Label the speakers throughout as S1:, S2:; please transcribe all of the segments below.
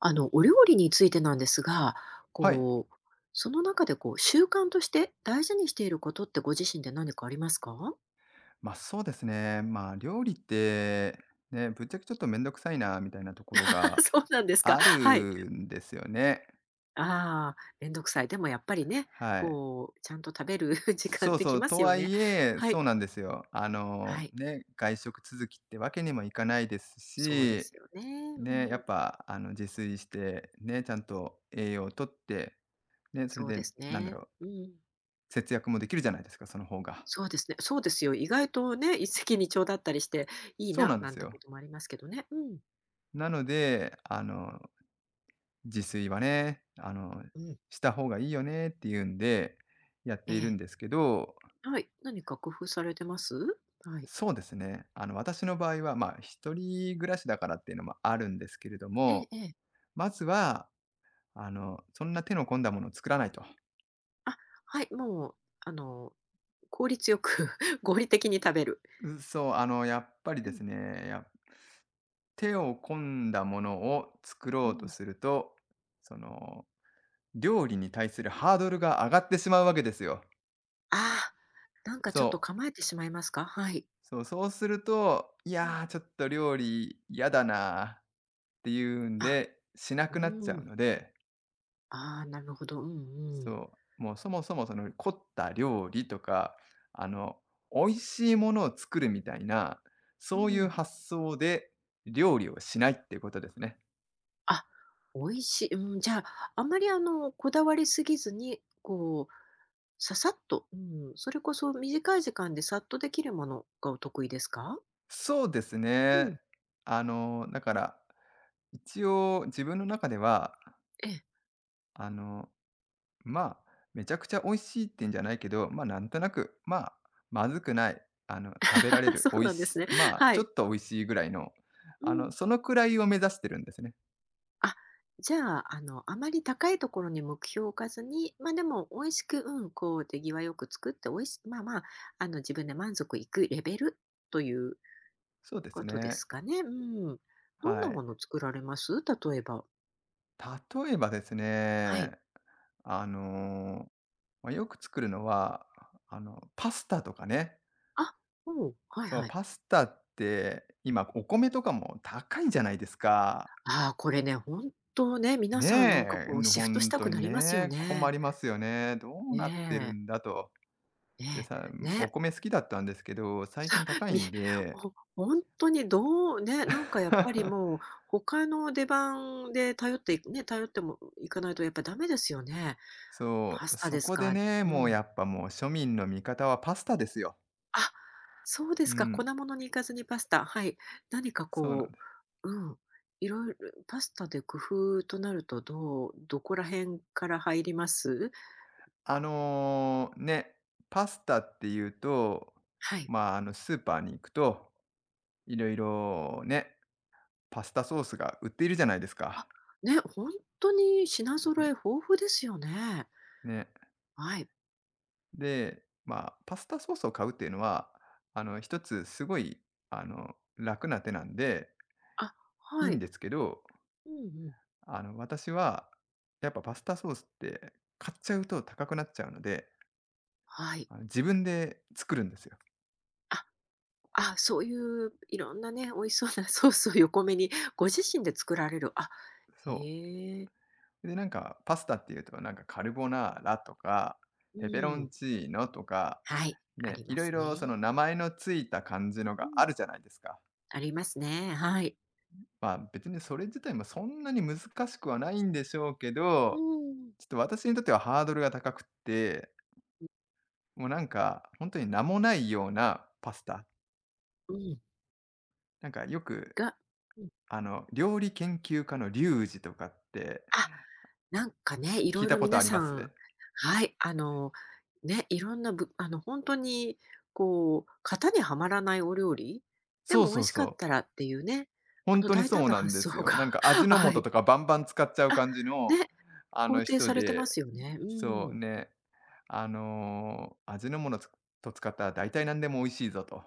S1: あの、お料理についてなんですが、
S2: はい。
S1: こう、その中でこう、習慣として大事にしていることってご自身で何かありますか？
S2: そうですね。料理って、ね、ぶっちゃけちょっとめんどくさいなみたいなところが
S1: そうなんですか。
S2: ある
S1: はい。
S2: んですよね。
S1: ああ、めんどくさい。でもやっぱりね、
S2: はい。
S1: こう、ちゃんと食べる 時間っ
S2: そう
S1: て
S2: そ
S1: き
S2: う、
S1: ま
S2: と
S1: すよ
S2: は
S1: ね。
S2: いえ、
S1: は
S2: そ
S1: い。
S2: うなんですよ。
S1: はい。
S2: ね、外食続きってわけにもいかないです
S1: そうで
S2: し、
S1: すよね。う
S2: ね、や
S1: ん。
S2: っぱ自炊して、ね、ちゃんと栄養をとって、ね、それ
S1: そう
S2: で
S1: です
S2: なんだ
S1: ね。
S2: ろう、
S1: うん。
S2: 節約もできるじゃないですか、その方が。
S1: そうですね。そうですよ。意外とね、一石二鳥だったりしていい
S2: そう
S1: な、
S2: なんで
S1: なん
S2: す
S1: て
S2: よ。
S1: こともありますけどね。うん。
S2: なので、自炊はね、
S1: うん。
S2: した方がいいよねっていうんで、やっ
S1: え
S2: ているん
S1: え。
S2: ですけど、
S1: はい。何か工夫されてます？はい。
S2: そうですね、私の場合は、一人暮らしだからっていうのもあるんですけれど
S1: ええ
S2: も、
S1: ええ。
S2: まずは、そんな手の込んだものを作らないと。
S1: あ、はい、もう、あの、効率よく 合理的に食べる。
S2: そう、やっぱり
S1: う
S2: で
S1: ん、
S2: すね、手を込んだものを作
S1: う
S2: ろうと
S1: ん。
S2: すると、その、料理に対するハードルが上がってしまうわけですよ。
S1: ああ、なんかちょっと
S2: そう。
S1: 構えてしまいますか？はい。
S2: そう、そうすると、い
S1: うん。
S2: やー、ちょっと料理嫌だなーっていうん
S1: あ、
S2: で、しな
S1: う
S2: くなっちゃう
S1: ん。
S2: ので、
S1: ああ、なるほど。うんうん。
S2: そう、もうそもそもその凝った料理とか、あの、美味しいものを作るみたいな、
S1: う
S2: そういう
S1: ん。
S2: 発想で料理をしないっていうことですね。
S1: あ、美味しい。うん、じゃあ、あんまりこだわりすぎずに、こう、ささっと、うん、それこそ短い時間でさっとできるものがお得意ですか？
S2: そうです
S1: う
S2: ね。
S1: ん、
S2: だから、一応自分の中では、
S1: ええ。
S2: あのまあ、めちゃくちゃ美味しいってんじゃないけど、なんとなく、まずくない、食べられ る、
S1: そ
S2: 美
S1: う
S2: 味
S1: なんで
S2: し
S1: す
S2: い
S1: ね。は
S2: ちょ
S1: い。
S2: っと美味しいぐらいの、
S1: うん。
S2: そのくらいを目指してるんですね。
S1: あ、じゃあ、あまり高いところに目標を置かずに、ま、でも美味しく、うん、こう手際よく作って、美味しまあまあ、自分で満足いくレベルという
S2: そうで
S1: こ
S2: す
S1: とで
S2: ね。
S1: すかね。うん。どん
S2: は
S1: な
S2: い。
S1: もの作られます？例えば。
S2: 例えばです
S1: はい。
S2: ね、あの、よく作るのは、パスタとかね。
S1: あ、おお、はい
S2: そう、
S1: はい。
S2: パスタって今お米とかも高いじゃないですか。
S1: ああ、これね、本当ね、皆さんなんか
S2: ね
S1: こう
S2: え、
S1: シフトし
S2: 本
S1: た
S2: 当
S1: く
S2: に
S1: なりますよ
S2: ね、困
S1: ね。
S2: りますよね。どうなってる
S1: ね
S2: んだと
S1: え、
S2: で
S1: ね
S2: さ、
S1: え、ね
S2: お
S1: え。
S2: 米好きだったんですけど、最近高い
S1: み
S2: ん で、
S1: ほほにどうね、なんかやっぱりもう、他の出番で頼っていくね、頼ってもいかないとやっぱダメですよね。
S2: そ
S1: パ
S2: う、
S1: スタ
S2: そ
S1: です
S2: こで
S1: か。
S2: ね、
S1: う
S2: もう
S1: ん。
S2: やっぱもう庶民の味方はパスタですよ。
S1: あ、そうで
S2: う
S1: すか、粉
S2: ん、
S1: 物に行かずにパスタ。はい。何か
S2: そうなん
S1: こ
S2: です。
S1: う、うん、いろいろパスタで工夫となると、どうどこら辺から入ります？
S2: あのーね、パスタっていうと、
S1: はい。
S2: スーパーに行くと、いろいろね、パスタソースが売っているじゃないですか。
S1: あ、ね、本当に品
S2: う
S1: 揃え
S2: ん
S1: 豊富ですよね。
S2: ね。
S1: はい。
S2: で、パスタソースを買うっていうのは、一つすごい、楽な手なんで、
S1: あ、
S2: いい
S1: は
S2: ん
S1: い。
S2: ですけど、
S1: うんうん。
S2: 私は、やっぱパスタソースって買っちゃうと高くなっちゃうので、
S1: はい。
S2: 自分で作るんですよ。
S1: ああ、そういういろんなね、美味しそうなソースを横目にご自身で作られる。あ、
S2: そ
S1: へえ。
S2: う。で、なんかパスタっていうと、なんかカルボナーラとか、
S1: う
S2: ペペロン
S1: ん。
S2: チーノとか、
S1: はい、あ
S2: ね、
S1: り
S2: い
S1: ま
S2: ろい
S1: す
S2: ろそ
S1: ね。
S2: の名前のついた感じの
S1: う
S2: があ
S1: ん、
S2: るじゃないですか。
S1: ありますね。はい。
S2: 別にそれ自体もそんなに難しくはないんでしょうけ
S1: う
S2: ど、
S1: ん。
S2: ちょっと私にとってはハードルが高くって、もうなんか、本当に名もないようなパスタ。
S1: うん、
S2: なんかよく
S1: がうん。
S2: 料理研究家のリュウジとかって
S1: あ、なんかね、い
S2: 聞
S1: ろ
S2: い
S1: い
S2: た
S1: ろ
S2: こと
S1: 皆
S2: ありま
S1: さ
S2: す？
S1: んはい、ね、いろんなぶ本当にこう、型にはまらないお料理、で
S2: そう
S1: も美
S2: そ
S1: 味
S2: う
S1: し
S2: そ
S1: かっ
S2: う。
S1: たらっていうね、
S2: 本当に
S1: 大胆
S2: そう
S1: な
S2: なん
S1: 発
S2: で
S1: 想
S2: す
S1: が
S2: よ。なんか味 の
S1: は
S2: 素
S1: い。
S2: とかバンバン使っちゃう
S1: あ、
S2: 感じの、
S1: ね、肯定
S2: 人
S1: されてま
S2: で、
S1: すよね。う
S2: そう
S1: ん。
S2: ね、味のものと使ったら大体何でも美味しいぞとっ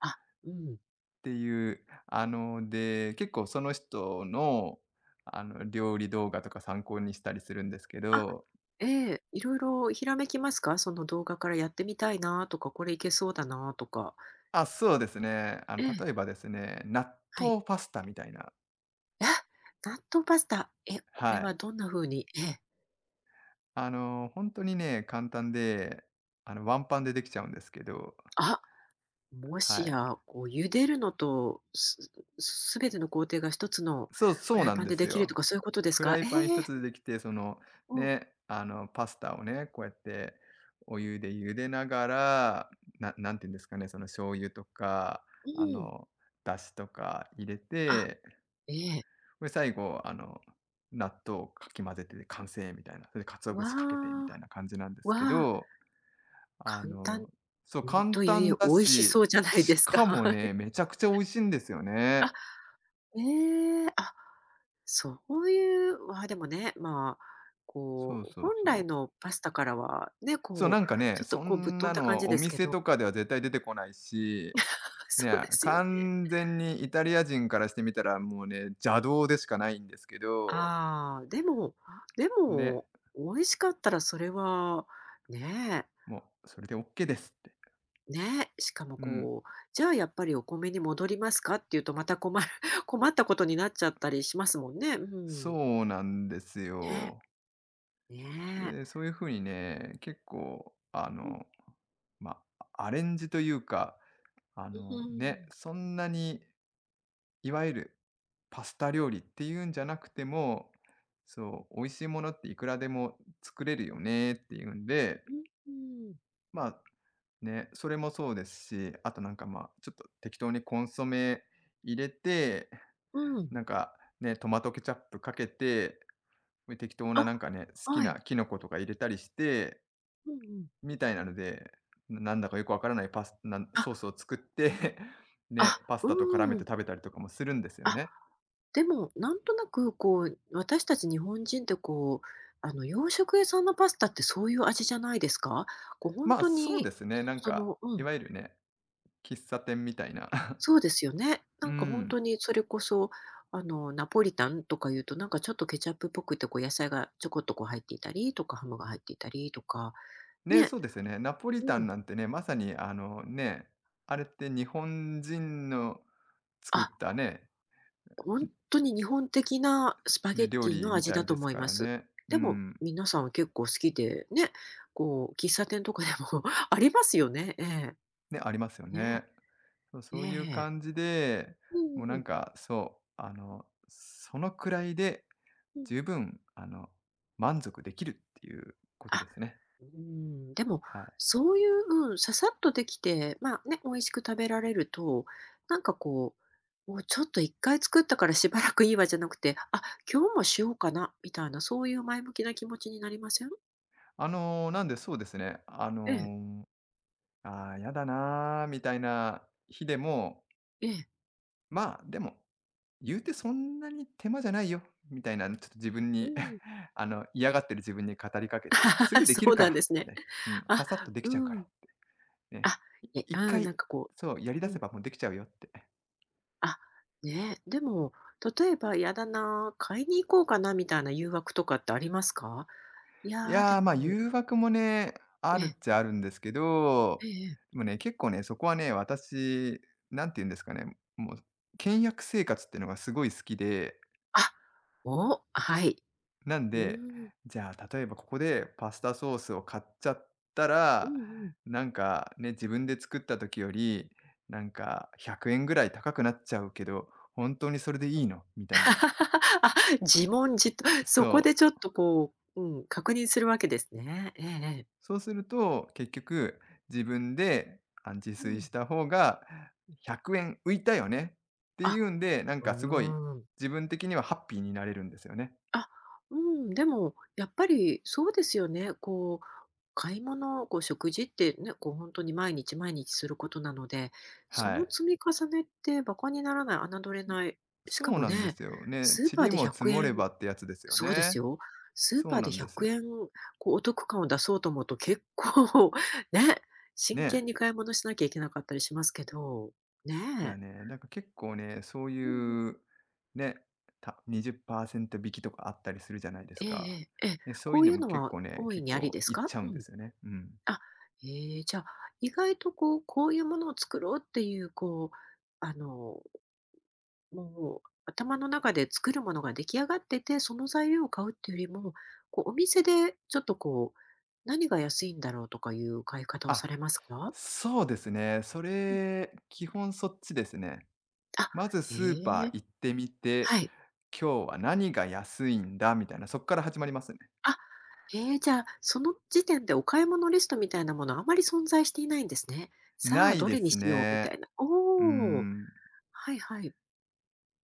S1: あ、うん。
S2: ていう、で、結構その人の、料理動画とか参考にしたりするんですけ
S1: あ、
S2: ど、
S1: ええ、いろいろひらめきますか？その動画からやってみたいなとか、これいけそうだなとか。
S2: あ、そうですね。
S1: ええ、
S2: 例えばですね、納
S1: はい。
S2: 豆パスタみたいな、
S1: え、納豆パスタ。え、こ
S2: は
S1: れ
S2: い。
S1: はどんな風にええ。
S2: 本当にね、簡単で、ワンパンでできちゃうんですけど、
S1: あ、も
S2: は
S1: し
S2: い。
S1: や、こう茹でるのと、すすべての工程が一つの
S2: そう、
S1: フ
S2: そう
S1: ライ
S2: なん
S1: パン
S2: で
S1: で
S2: す
S1: できる
S2: よ。
S1: とかそういうことです
S2: フラ
S1: か？
S2: イ
S1: え
S2: パン一
S1: え。
S2: つでできて、
S1: うん、
S2: ね、パスタをね、こうやってお湯で茹でながら、なんて言うんですかね、その醤油とか、
S1: う
S2: あ
S1: ん。
S2: の、出汁とか入れ
S1: あ、
S2: て、
S1: ええ。
S2: で、最後、納豆をかき混ぜて完成みたいな、それで鰹
S1: わ
S2: 節かけてみたい
S1: あ、
S2: な感じなんです
S1: わ
S2: け
S1: あ、
S2: どあ
S1: 簡単
S2: の、そう、簡
S1: という
S2: 単
S1: よ
S2: だ
S1: り美味しそ
S2: し、
S1: うじゃない
S2: し
S1: ですか。
S2: かも
S1: は
S2: ね、
S1: い。
S2: めちゃくちゃ美味しいんですよね。
S1: あ、ええ、あ、そういう、わあ、でもね、まあ、こ
S2: そう
S1: う、
S2: そう
S1: 本
S2: そ
S1: 来
S2: う。
S1: のパスタからは、ね、
S2: そう、
S1: こ
S2: なんか
S1: う、
S2: ね、
S1: ちょっと
S2: そ
S1: こうぶっ
S2: ん
S1: 飛ん
S2: な
S1: だ感
S2: の
S1: じ
S2: お
S1: ですけ
S2: 店
S1: ど、
S2: とかでは絶対出てこないし、
S1: そう
S2: ね、
S1: ですよね。
S2: 完全にイタリア人からしてみたら、もうね、邪道でしかないんですけど、
S1: ああ、でもで
S2: ね、
S1: も、美味しかったらそれは、ねえ
S2: もうそれでオッケーですって。
S1: ねえ、しかも
S2: うん。
S1: こう、じゃあやっぱりお米に戻りますかっていうとまた困る 困ったことになっちゃったりしますもんね。うん。
S2: そうなんです
S1: ね
S2: よ。
S1: え、ね
S2: で、
S1: え。
S2: そういう風にね、結構
S1: うん。
S2: ま、アレンジというか
S1: う
S2: ね、
S1: ん。
S2: そんなにいわゆるパスタ料理っていうんじゃなくても、そう、美味しいものっていくらでも作れるよねっていうんで、
S1: うん、うーん。
S2: まあ、ね、それもそうですし、あとなんか、ちょっと適当にコンソメ入れて、
S1: うん。
S2: なんかね、トマトケチャップかけて、適当な
S1: あ、
S2: なんかね、好き
S1: はい。
S2: なキノコとか入れたりして、
S1: うんうん。
S2: みたいなので、なんだかよくわからないパスなん
S1: あ、
S2: ソースを作って、ね、
S1: あ、
S2: パスタと絡め
S1: うー
S2: て
S1: ん。
S2: 食べたりとかもするんですよ
S1: あ、
S2: ね。
S1: でも、なんとなくこう、私たち日本人ってこう、洋食屋さんのパスタってそういう味じゃないですか？こうほんと
S2: そう
S1: に、
S2: ですね、なん
S1: そ
S2: か、
S1: のう
S2: い
S1: ん、
S2: わゆるね、喫茶店みたいな。
S1: そうですよね。な
S2: う
S1: んかほんと
S2: ん。
S1: にそれこそ、ナポリタンとかいうと、なんかちょっとケチャップっぽくて、こう野菜がちょこっとこう入っていたりとか、ハムが入っていたりとか、
S2: ね、
S1: ね、
S2: そうですよね。ナポリ
S1: う
S2: タン
S1: ん。
S2: なんてね、まさにね、あれって日本人の作っ
S1: あ、
S2: た
S1: ほんとに日本的なスパゲ
S2: ね、
S1: ッ
S2: 料
S1: ティ
S2: 理
S1: の
S2: み
S1: 味
S2: たい
S1: だ
S2: で
S1: と
S2: す
S1: 思い
S2: か
S1: ま
S2: ら
S1: す。
S2: ね。う
S1: でも、
S2: ん。
S1: 皆さん結構好きで、ね、こう、喫茶店とかでも ありますよね。え
S2: ね、ありますよ
S1: え。
S2: ね。
S1: ね。
S2: そう、
S1: え
S2: そういう
S1: え。
S2: 感じで、
S1: うん
S2: もう
S1: うん
S2: な
S1: う
S2: ん
S1: ん。
S2: か、そう、そのくらいで
S1: うん。
S2: 十分、満足できるっていうこと
S1: あ、
S2: ですね。
S1: うーん、でも、
S2: はい。
S1: そういう、うん、ささっとできて、まあ、ね、美味しく食べられると、なんかこう、もうちょっと一回作ったから しばらくいいわじゃなくて、あ、今日もしようかなみたいな、そういう前向きな気持ちになりません？
S2: なんでそうですね、
S1: ええ、
S2: ーああ、やだな、みたいな日でも、
S1: ええ。
S2: でも、言うてそんなに手間じゃないよ、みたいな、ちょっと自分
S1: う
S2: に
S1: ん。
S2: 嫌がってる自分に語りかけて、す
S1: あ
S2: ぐでき
S1: そ
S2: る
S1: う
S2: か
S1: なんで
S2: ら、
S1: すね。
S2: ね。うん、
S1: あ、
S2: ささっとできちゃうか
S1: う
S2: ら、
S1: ん。
S2: ね。
S1: あ、え、
S2: 一
S1: うん、
S2: 回、
S1: なんかこ
S2: そう、やり
S1: う
S2: 出
S1: う
S2: せ
S1: ん。
S2: ばもうできちゃうよって。
S1: あ、ね、でも、例えば「やだな、買いに行こうかな」みたいな誘惑とかってありますか？い
S2: い
S1: やー、で
S2: やー、
S1: も
S2: 誘惑もね、あ
S1: え
S2: る
S1: え、
S2: っちゃあるんですけど、
S1: ええええ。
S2: でもね、結構ね、そこはね、私、なんて言うんですかね、もう、倹約生活っていうのがすごい好きで、
S1: あ、お、はい。
S2: なん
S1: う
S2: で、
S1: ん。
S2: じゃあ、例えばここでパスタソースを買っちゃった
S1: う
S2: ら、
S1: んうん。
S2: なんかね、自分で作った時より、なんか100円ぐらい高くなっちゃうけど、本当にそれでいいの？みたいな。
S1: あ、自問自答、そこ
S2: そ
S1: でちょっ
S2: う。
S1: とこう、うん、確認するわけですね。ええええ。
S2: そうすると、結局自分で、あ、自
S1: う
S2: 炊
S1: ん。
S2: した方が100円浮いたよねってい
S1: あ、
S2: うんで、なん
S1: う
S2: かすごい
S1: ーん。
S2: 自分的にはハッピーになれるんですよね。
S1: あ、うん、でも、やっぱりそうですよね。こう、買い物、こう食事ってね、こう本当に毎日毎日することなので、そ
S2: は
S1: の
S2: い。
S1: 積み重ねってバカにならない、侮れ
S2: そ
S1: ない。し
S2: そ
S1: か
S2: う
S1: も
S2: なんで
S1: ね、
S2: すよね。
S1: スーパー
S2: 塵
S1: で
S2: も積
S1: 100
S2: もれ
S1: 円
S2: ばってやつですよ
S1: そうです
S2: ね。
S1: よ。スー
S2: そう
S1: パー
S2: な
S1: で
S2: んで
S1: 100
S2: す。
S1: 円、こうお得感を出そうと思うと結構 ね、真剣
S2: ね。
S1: に買い物しなきゃいけなかったりしますけど、
S2: いや
S1: ねえ。
S2: ね、なんか結構ね、そう
S1: うんうん。
S2: いう、ね、20%引きとかあったりするじゃないです
S1: えええ
S2: か。
S1: え、ええ。
S2: で、そう
S1: こ
S2: いう
S1: う
S2: の
S1: いう
S2: も
S1: の
S2: 結
S1: は
S2: 構ね、
S1: 大い
S2: 結
S1: にあり
S2: 構
S1: です
S2: いっ
S1: か？
S2: ちゃうん
S1: う
S2: で
S1: ん。
S2: すよね。うん。
S1: あ、ええ、じゃあ、意外とこう、こういうものを作ろうっていう、こう、あの、もう頭の中で作るものが出来上がってて、その材料を買うっていうよりも、こう、お店でちょっとこう、何が安いんだろうとかいう買い方をさ
S2: あ、
S1: れますか？
S2: そうですね。そ
S1: うん。
S2: れ、基本そっちですね。
S1: あ、
S2: まずスーパ
S1: え
S2: ー
S1: え、
S2: 行ってみて、
S1: はい。
S2: 今日は何が安いんだみたいな、そっから始まりますね。
S1: あ、ええ、じゃあ、その時点でお買い物リストみたいなものあまり存在していないんですね。さ
S2: な
S1: あ、
S2: い
S1: ど
S2: で
S1: れに
S2: す
S1: しようみ
S2: ね。
S1: たいな。
S2: う
S1: おお、
S2: ん。
S1: はいはい。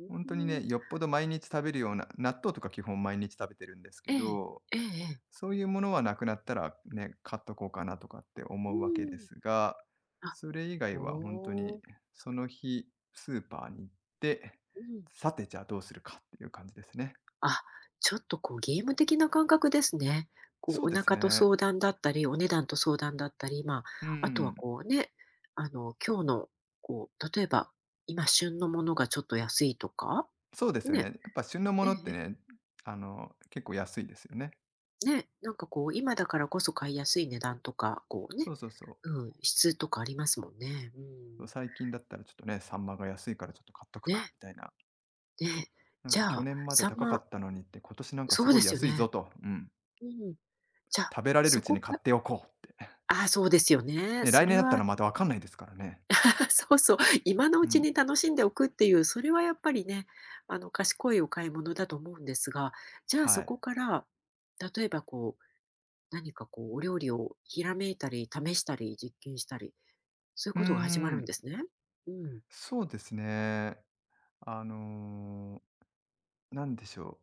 S1: う
S2: 本当にね、
S1: ん、
S2: よっぽど毎日食べるような納豆とか基本毎日食べてるんです
S1: え
S2: け
S1: え、
S2: ど、
S1: ええええ。
S2: そういうものはなくなったらね、買っとこうかなとかって
S1: う
S2: 思うわけで
S1: ん。
S2: すが、
S1: あ、
S2: それ以外は本当
S1: お
S2: に
S1: お。
S2: その日スーパーに行って、
S1: うん。
S2: さて、じゃあどうするかっていう感じですね。
S1: あ、ちょっとこうゲーム的な感覚ですね。こ
S2: そ
S1: う
S2: う
S1: お
S2: です
S1: 腹と
S2: ね。
S1: 相談だったり、お値段と相談だったり、まあ、
S2: う
S1: あとは
S2: ん。
S1: こうね、あの今日のこう例えば今旬のものがちょっと安いとか、
S2: そうですよね。や
S1: ね、
S2: っぱ旬のも
S1: え
S2: のって
S1: え
S2: ね、結構安いですよね。
S1: ね、なんかこう今だからこそ買いやすい値段とか、こう
S2: そ
S1: ね、
S2: うそうそう。
S1: うん、質とかありますもんね。う
S2: そう、
S1: ん。
S2: 最近だったらちょっとね、サンマが安いからちょっと買っとくか
S1: ね、
S2: みたいな。
S1: ね。
S2: なん
S1: じ
S2: か
S1: ゃ
S2: 去
S1: あ
S2: 年まで
S1: 3
S2: 高か
S1: 万
S2: ったのにって、今年なんか
S1: そ
S2: す
S1: う
S2: ご
S1: で
S2: い
S1: すよ
S2: 安いぞ
S1: ね。
S2: と、うん、
S1: うん。じゃあ、
S2: 食べられるう
S1: そ
S2: ち
S1: こ
S2: に買っ
S1: か
S2: ておこうって。
S1: あ、そうですよね。
S2: ね、来
S1: そ
S2: 年
S1: れ
S2: だった
S1: は
S2: らまたわかんないですからね。
S1: そうそう、今の
S2: う
S1: うち
S2: ん、
S1: に楽しんでおくっていう、それはやっぱりね、賢いお買い物だと思うんですが、じゃあ
S2: は
S1: そ
S2: い。
S1: こから、例えばこう、何かこう、お料理をひらめいたり、試したり、実験したり、そういう
S2: うー
S1: ことが始まるん
S2: ん、
S1: ですね。うん。
S2: そうですね。あのー、なんでしょ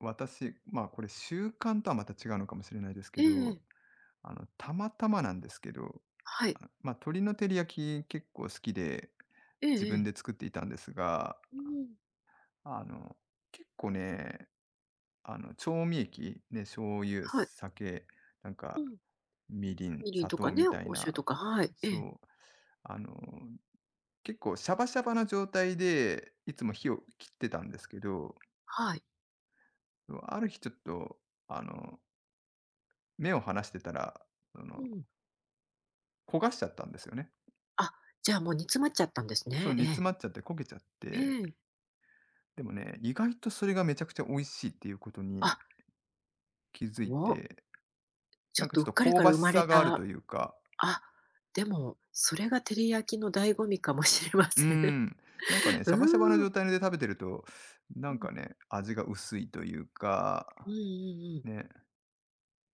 S2: う、私、これ習慣とはまた違うのかもしれないですけ
S1: え
S2: ど、
S1: え
S2: たまたまなんですけど、
S1: はい。
S2: あ、鶏の照り焼き結構好きで、
S1: え
S2: 自
S1: ええ
S2: 分
S1: え。
S2: で作っていたんですが、
S1: うん。
S2: あの、結構ね、調味液で醤油、
S1: はい。
S2: 酒、なん
S1: う
S2: か、
S1: ん。
S2: みりん、
S1: みりん
S2: 砂
S1: と
S2: 糖
S1: かね、
S2: みたい
S1: お酒
S2: な、
S1: とか、はい、え
S2: そ
S1: え、
S2: う、あの、結構シャバシャバな状態で、いつも火を切ってたんですけど、
S1: はい。
S2: ある日ちょっと、あの、目を離してたら、その、
S1: うん。
S2: 焦がしちゃったんですよね。
S1: あ、じゃあもう煮詰まっちゃったんです
S2: そう、
S1: ね。え
S2: 煮詰
S1: え。
S2: まっちゃって焦げちゃっ
S1: え
S2: て、
S1: え。
S2: でもね、意外とそれがめちゃくちゃ美味しいっていうことに
S1: あ、
S2: 気づい
S1: お
S2: て、
S1: ち
S2: な
S1: ょ
S2: ん
S1: っ
S2: かちょ
S1: と
S2: っ
S1: う
S2: と
S1: っかり
S2: 香
S1: から
S2: ばし
S1: 生まれ
S2: さがあると
S1: た、
S2: いうか
S1: あ、でも、それが照り焼きの醍醐味かもしれま
S2: うー
S1: せん。
S2: ん。なんかね、シャバシャバの
S1: うーん。
S2: 状態で食べてると、な
S1: う
S2: ん
S1: ん。
S2: かね、味が薄いという
S1: うん
S2: か、
S1: うんうん。
S2: ね、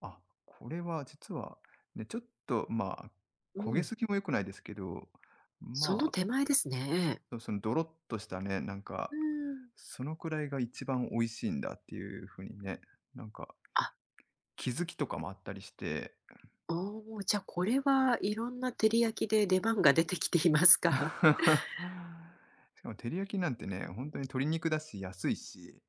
S2: あ、これは実は、ね、ちょっと、
S1: う
S2: 焦げ
S1: ん。
S2: すぎも良くないですけど、
S1: その
S2: まあ、
S1: 手前ですね。ええ。
S2: そのドロッとしたね、なんか、
S1: うん。
S2: そのくらいが一番美味しいんだっていう風にね、なんか
S1: あ、
S2: 気づきとかもあったりして。
S1: おお、じゃ、これはいろんな照り焼きで出番が出てきていますか？
S2: しかも照り焼きなんてね、本当に鶏肉だし安いし、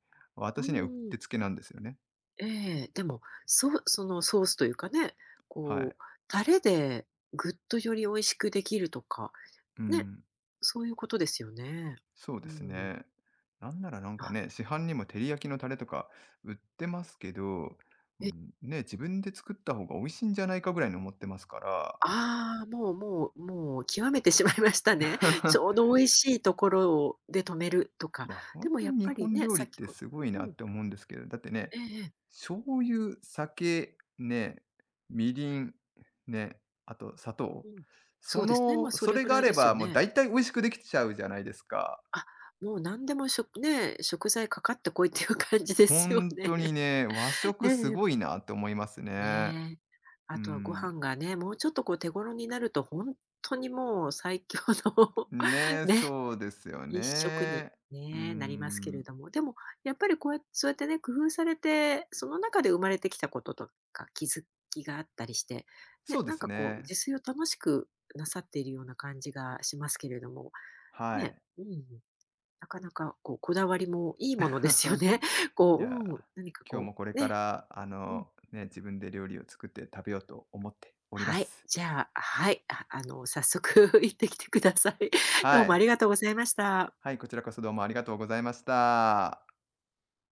S1: う
S2: 私にはうっ
S1: んう
S2: てつ
S1: ん。
S2: けなんですよね。
S1: ええ、でも、そうそのソースというかね、
S2: はい。
S1: こう、タレでぐっとより美味しくできるとか、
S2: う
S1: ね、
S2: ん。
S1: そういうことですよね。
S2: そう
S1: う
S2: です
S1: ん。
S2: ね。なんならなんか
S1: あ、
S2: ね、市販にも照り焼きのタレとか売ってますけど、う
S1: ええ。
S2: ん、ね、自分で作った方が美味しいんじゃないかぐらいに思ってますから。
S1: ああ、もうもうもう極めてしまいましたね。ちょうど 美味しいところをで止めると
S2: い
S1: か。
S2: や、本
S1: でも
S2: 当
S1: やっ
S2: に日
S1: ぱり
S2: 本
S1: ね、
S2: 料
S1: さ
S2: 理っ
S1: っき
S2: て
S1: も
S2: すごいな
S1: う
S2: っ
S1: ん、
S2: て思うんですけど、だってね、
S1: ええええ、
S2: 醤油、酒、ね、みりん、ね、あと砂
S1: う
S2: 糖、
S1: ん。
S2: そ
S1: そうですね、
S2: の
S1: ま、そ
S2: そ
S1: れ
S2: れ
S1: ぐ
S2: が
S1: ら
S2: あ
S1: い
S2: れ
S1: です
S2: ば、
S1: よ
S2: もう
S1: ね。
S2: 大体美味しくできちゃうじゃないですか。
S1: あ、もう何でも食ね、食材かかってこいっていう感じですよ
S2: 本
S1: ね。
S2: 当に ね、和食
S1: ね
S2: す
S1: ええ。
S2: ごいなって思いますね。
S1: ねえ。
S2: うー
S1: あとはご
S2: ん。
S1: 飯がね、もうちょっとこう手頃になると本当にもう最強の
S2: ね、
S1: ね。
S2: そうですよ
S1: 一色に、
S2: ね。うー
S1: ね、なりますけれ
S2: ん、
S1: ども、でもやっぱりこうやそうやってね、工夫されて、その中で生まれてきたこととか気づきがあったりして、
S2: そ
S1: ね、
S2: うで
S1: なん
S2: す
S1: かこう
S2: ね。
S1: 自炊を楽しくなさっているような感じがしますけれども、
S2: は
S1: ね、
S2: い。
S1: うん、なかなかこうこだわりもいいものですよ ね。
S2: い
S1: こう、
S2: や、
S1: うん、何か
S2: 今日
S1: こ
S2: もこれ
S1: う、
S2: か
S1: ね、
S2: ら、
S1: うん。
S2: ね、自分で料理を作って食べようと思っておりま
S1: はい、
S2: す。
S1: じゃあ、はい、あ早速 行ってきてください。
S2: は
S1: どうもあ
S2: い。
S1: りがとうございました。
S2: はい、こちらこそどうもありがとうございました。